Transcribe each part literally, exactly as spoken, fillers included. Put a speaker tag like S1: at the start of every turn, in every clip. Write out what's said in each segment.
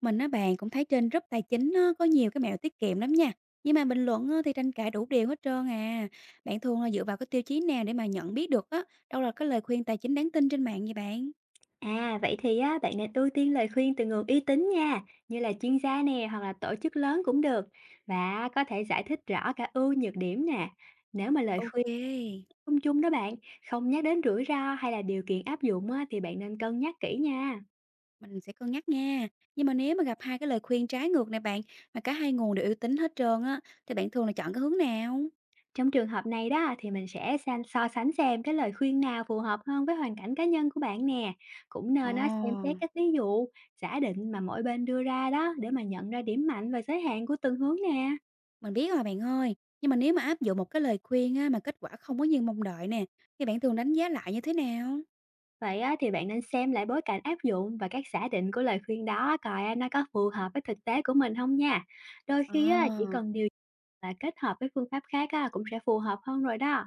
S1: Mình á bạn cũng thấy trên group tài chính á, có nhiều cái mẹo tiết kiệm lắm nha. Nhưng mà bình luận á, thì tranh cãi đủ điều hết trơn à. Bạn thường là dựa vào cái tiêu chí nào để mà nhận biết được á, đâu là cái lời khuyên tài chính đáng tin trên mạng vậy bạn?
S2: À, vậy thì á, bạn nên ưu tiên lời khuyên từ nguồn uy tín nha, như là chuyên gia nè, hoặc là tổ chức lớn cũng được, và có thể giải thích rõ cả ưu nhược điểm nè. Nếu mà lời
S1: Ok,
S2: khuyên chung chung đó bạn, không nhắc đến rủi ro hay là điều kiện áp dụng á, thì bạn nên cân nhắc kỹ nha.
S1: mình sẽ cân nhắc nha. Nhưng mà nếu mà gặp hai cái lời khuyên trái ngược này bạn, mà cả hai nguồn đều uy tín hết trơn á, thì bạn thường là chọn cái hướng nào?
S2: Trong trường hợp này đó thì mình sẽ san- so sánh xem cái lời khuyên nào phù hợp hơn với hoàn cảnh cá nhân của bạn nè. Cũng nên á, xem xét
S1: Ồ,
S2: các ví dụ, giả định mà mỗi bên đưa ra đó, để mà nhận ra điểm mạnh và giới hạn của từng hướng nè.
S1: mình biết rồi bạn ơi. Nhưng mà nếu mà áp dụng một cái lời khuyên á, mà kết quả không có như mong đợi nè, thì bạn thường đánh giá lại như thế nào?
S2: Vậy á, thì bạn nên xem lại bối cảnh áp dụng và các giả định của lời khuyên đó, coi á, nó có phù hợp với thực tế của mình không nha. Đôi khi á, chỉ
S1: Ồ.
S2: cần điều chỉnh là kết hợp với phương pháp khác á, cũng sẽ phù hợp hơn rồi đó.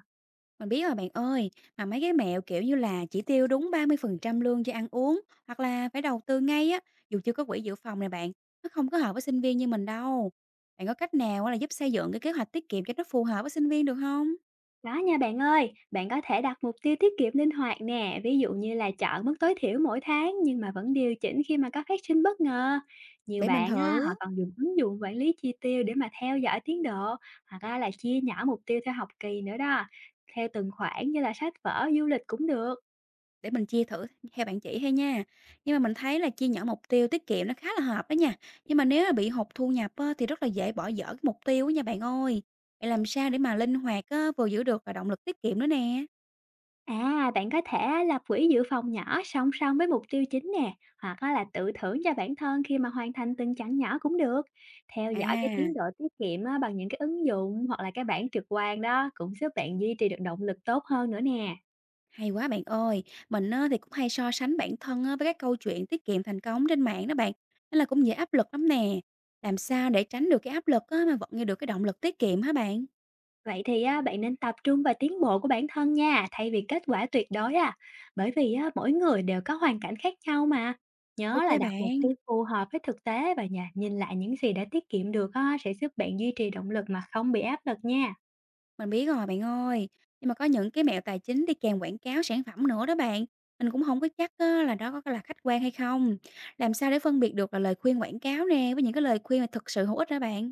S1: Mình biết rồi bạn ơi, mà mấy cái mẹo kiểu như là chỉ tiêu đúng ba mươi phần trăm lương cho ăn uống hoặc là phải đầu tư ngay á, dù chưa có quỹ dự phòng này bạn, nó không có hợp với sinh viên như mình đâu. Bạn có cách nào á là giúp xây dựng cái kế hoạch tiết kiệm cho nó phù hợp với sinh viên được không?
S2: Đó nha bạn ơi, bạn có thể đặt mục tiêu tiết kiệm linh hoạt nè, ví dụ như là chọn mức tối thiểu mỗi tháng, nhưng mà vẫn điều chỉnh khi mà có phát sinh bất ngờ. Nhiều
S1: Để mình
S2: bạn á, họ
S1: thử,
S2: còn dùng ứng dụng quản lý chi tiêu để mà theo dõi tiến độ, hoặc á, là chia nhỏ mục tiêu theo học kỳ nữa đó, theo từng khoản như là sách vở, du lịch cũng được.
S1: để mình chia thử theo bạn chỉ hay nha. Nhưng mà mình thấy là chia nhỏ mục tiêu tiết kiệm nó khá là hợp đó nha. Nhưng mà nếu mà bị hụt thu nhập á, thì rất là dễ bỏ dở cái mục tiêu á nha bạn ơi. Bạn làm sao để mà linh hoạt á, vừa giữ được và động lực tiết kiệm nữa nè.
S2: À, bạn có thể á, lập quỹ dự phòng nhỏ song song với mục tiêu chính nè, hoặc á là tự thưởng cho bản thân khi mà hoàn thành từng chặng nhỏ cũng được. Theo dõi cái tiến độ
S1: À.
S2: tiết kiệm á, bằng những cái ứng dụng hoặc là cái bảng trực quan đó, cũng giúp bạn duy trì được động lực tốt hơn nữa nè.
S1: Hay quá bạn ơi, mình á, thì cũng hay so sánh bản thân á, với các câu chuyện tiết kiệm thành công trên mạng đó bạn, nên là cũng dễ áp lực lắm nè. Làm sao để tránh được cái áp lực á, mà vẫn nghe được cái động lực tiết kiệm hả bạn?
S2: Vậy thì á, bạn nên tập trung vào tiến bộ của bản thân nha, thay vì kết quả tuyệt đối à. Bởi vì á, mỗi người đều có hoàn cảnh khác nhau mà. Nhớ
S1: Ok
S2: là đặt mục
S1: bạn,
S2: tiêu phù hợp với thực tế, và nhà nhìn lại những gì đã tiết kiệm được á, sẽ giúp bạn duy trì động lực mà không bị áp lực nha.
S1: mình biết rồi bạn ơi. Nhưng mà có những cái mẹo tài chính đi kèm quảng cáo sản phẩm nữa đó bạn. Mình cũng không có chắc á, là đó có là khách quan hay không. Làm sao để phân biệt được là lời khuyên quảng cáo nè với những cái lời khuyên mà thực sự hữu ích hả bạn?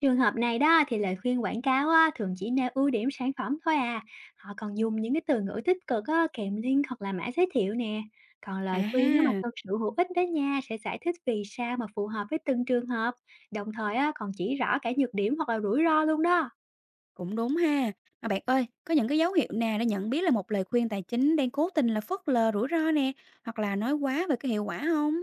S2: Trường hợp này đó thì lời khuyên quảng cáo á, thường chỉ nêu ưu điểm sản phẩm thôi à. Họ còn dùng những cái từ ngữ tích cực á, kèm link hoặc là mã giới thiệu nè. Còn
S1: À
S2: lời khuyên á, mà
S1: ha.
S2: thực sự hữu ích đó nha, sẽ giải thích vì sao mà phù hợp với từng trường hợp. Đồng thời á, còn chỉ rõ cả nhược điểm hoặc là rủi ro luôn đó.
S1: Cũng đúng ha. Mà bạn ơi, có những cái dấu hiệu nào để nhận biết là một lời khuyên tài chính đang cố tình là phớt lờ rủi ro nè, hoặc là nói quá về cái hiệu quả không?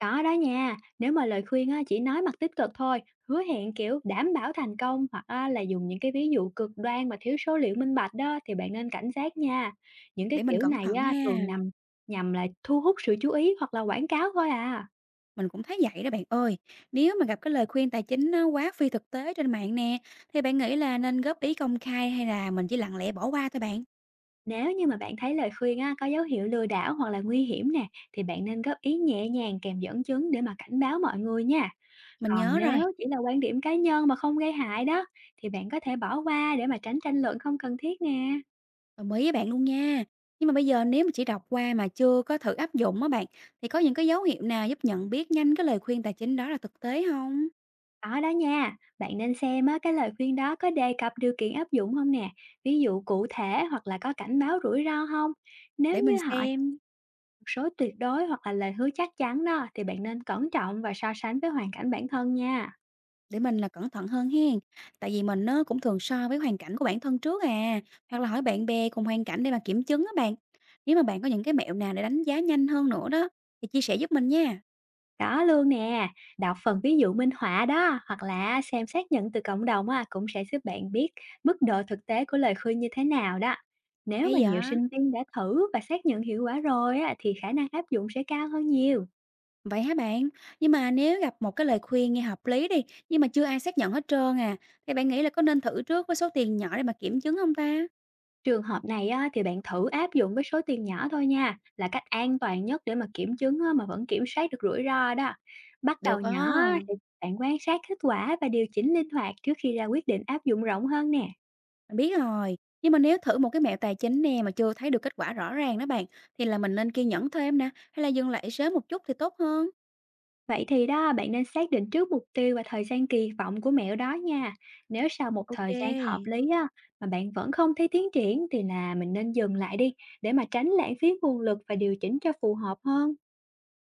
S2: Có đó nha, nếu mà lời khuyên á, chỉ nói mặt tích cực thôi, hứa hẹn kiểu đảm bảo thành công, hoặc á, là dùng những cái ví dụ cực đoan mà thiếu số liệu minh bạch đó, thì bạn nên cảnh giác nha. Những cái
S1: Để mình
S2: kiểu
S1: cẩn
S2: này
S1: thận
S2: á,
S1: ha.
S2: thường nằm nhằm là thu hút sự chú ý hoặc là quảng cáo thôi à.
S1: Mình cũng thấy vậy đó bạn ơi. Nếu mà gặp cái lời khuyên tài chính nó quá phi thực tế trên mạng nè, thì bạn nghĩ là nên góp ý công khai hay là mình chỉ lặng lẽ bỏ qua thôi bạn?
S2: Nếu như mà bạn thấy lời khuyên á, có dấu hiệu lừa đảo hoặc là nguy hiểm nè, thì bạn nên góp ý nhẹ nhàng kèm dẫn chứng để mà cảnh báo mọi người nha.
S1: Mình
S2: Còn
S1: nhớ
S2: nếu
S1: rồi,
S2: chỉ là quan điểm cá nhân mà không gây hại đó, thì bạn có thể bỏ qua để mà tránh tranh luận không cần thiết nè.
S1: đồng ý với bạn luôn nha. Nhưng mà bây giờ nếu mà chỉ đọc qua mà chưa có thử áp dụng á bạn, thì có những cái dấu hiệu nào giúp nhận biết nhanh cái lời khuyên tài chính đó là thực tế không?
S2: Có đó nha, bạn nên xem á, cái lời khuyên đó có đề cập điều kiện áp dụng không nè, ví dụ cụ thể hoặc là có cảnh báo rủi ro không. Nếu
S1: Để mình
S2: như họ chỉ
S1: xem.
S2: một số tuyệt đối hoặc là lời hứa chắc chắn đó, thì bạn nên cẩn trọng và so sánh với hoàn cảnh bản thân nha.
S1: Để mình là cẩn thận hơn hen. Tại vì mình nó cũng thường so với hoàn cảnh của bản thân trước à, hoặc là hỏi bạn bè cùng hoàn cảnh để mà kiểm chứng á bạn. Nếu mà bạn có những cái mẹo nào để đánh giá nhanh hơn nữa đó, thì chia sẻ giúp mình nha.
S2: Đó luôn nè, đọc phần ví dụ minh họa đó hoặc là xem xác nhận từ cộng đồng á, cũng sẽ giúp bạn biết mức độ thực tế của lời khuyên như thế nào đó. Nếu mà
S1: Hay
S2: nhiều
S1: vậy?
S2: sinh viên đã thử và xác nhận hiệu quả rồi á, thì khả năng áp dụng sẽ cao hơn nhiều.
S1: Vậy hả bạn? Nhưng mà nếu gặp một cái lời khuyên nghe hợp lý đi, nhưng mà chưa ai xác nhận hết trơn à, thì bạn nghĩ là có nên thử trước với số tiền nhỏ để mà kiểm chứng không ta?
S2: Trường hợp này á, thì bạn thử áp dụng với số tiền nhỏ thôi nha, là cách an toàn nhất để mà kiểm chứng á, mà vẫn kiểm soát được rủi ro đó. Bắt đầu
S1: Được á,
S2: nhỏ á, thì bạn quan sát kết quả và điều chỉnh linh hoạt trước khi ra quyết định áp dụng rộng hơn nè.
S1: mình biết rồi. Nhưng mà nếu thử một cái mẹo tài chính nè mà chưa thấy được kết quả rõ ràng đó bạn, thì là mình nên kiên nhẫn thêm nè, hay là dừng lại sớm một chút thì tốt hơn?
S2: Vậy thì đó, bạn nên xác định trước mục tiêu và thời gian kỳ vọng của mẹo đó nha. Nếu sau một thời gian hợp
S1: OK,
S2: lý á, mà bạn vẫn không thấy tiến triển, thì là mình nên dừng lại đi, để mà tránh lãng phí nguồn lực và điều chỉnh cho phù hợp hơn.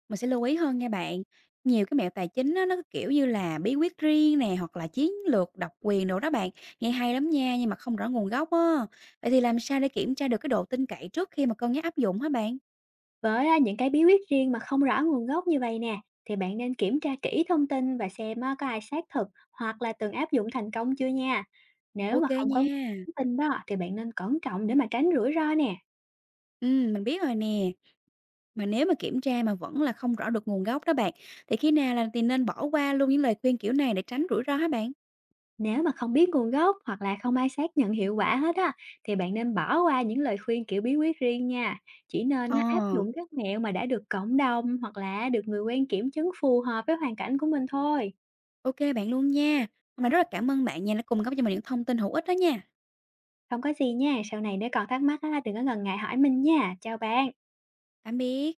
S1: mình sẽ lưu ý hơn nha bạn. Nhiều cái mẹo tài chính á, nó cái kiểu như là bí quyết riêng nè, hoặc là chiến lược độc quyền đồ đó bạn, nghe hay lắm nha, nhưng mà không rõ nguồn gốc á. Vậy thì làm sao để kiểm tra được cái độ tin cậy trước khi mà cân nhắc áp dụng hả bạn?
S2: Với á, những cái bí quyết riêng mà không rõ nguồn gốc như vậy nè, thì bạn nên kiểm tra kỹ thông tin và xem á, có ai xác thực hoặc là từng áp dụng thành công chưa nha. Nếu mà
S1: OK
S2: không có
S1: nha,
S2: thông tin đó, thì bạn nên cẩn trọng để mà tránh rủi ro nè.
S1: ừm, mình biết rồi nè. Mà nếu mà kiểm tra mà vẫn là không rõ được nguồn gốc đó bạn, thì khi nào là thì nên bỏ qua luôn những lời khuyên kiểu này để tránh rủi ro hả bạn?
S2: Nếu mà không biết nguồn gốc hoặc là không ai xác nhận hiệu quả hết á, thì bạn nên bỏ qua những lời khuyên kiểu bí quyết riêng nha. Chỉ nên
S1: Ờ,
S2: nó áp dụng các mẹo mà đã được cộng đồng hoặc là được người quen kiểm chứng phù hợp với hoàn cảnh của mình thôi.
S1: ô bạn luôn nha. Hôm nay rất là cảm ơn bạn nha, đã cung cấp cho mình những thông tin hữu ích đó nha.
S2: Không có gì nha, sau này nếu còn thắc mắc á, đừng có ngần ngại hỏi mình nha. Chào bạn.
S1: Tạm biệt.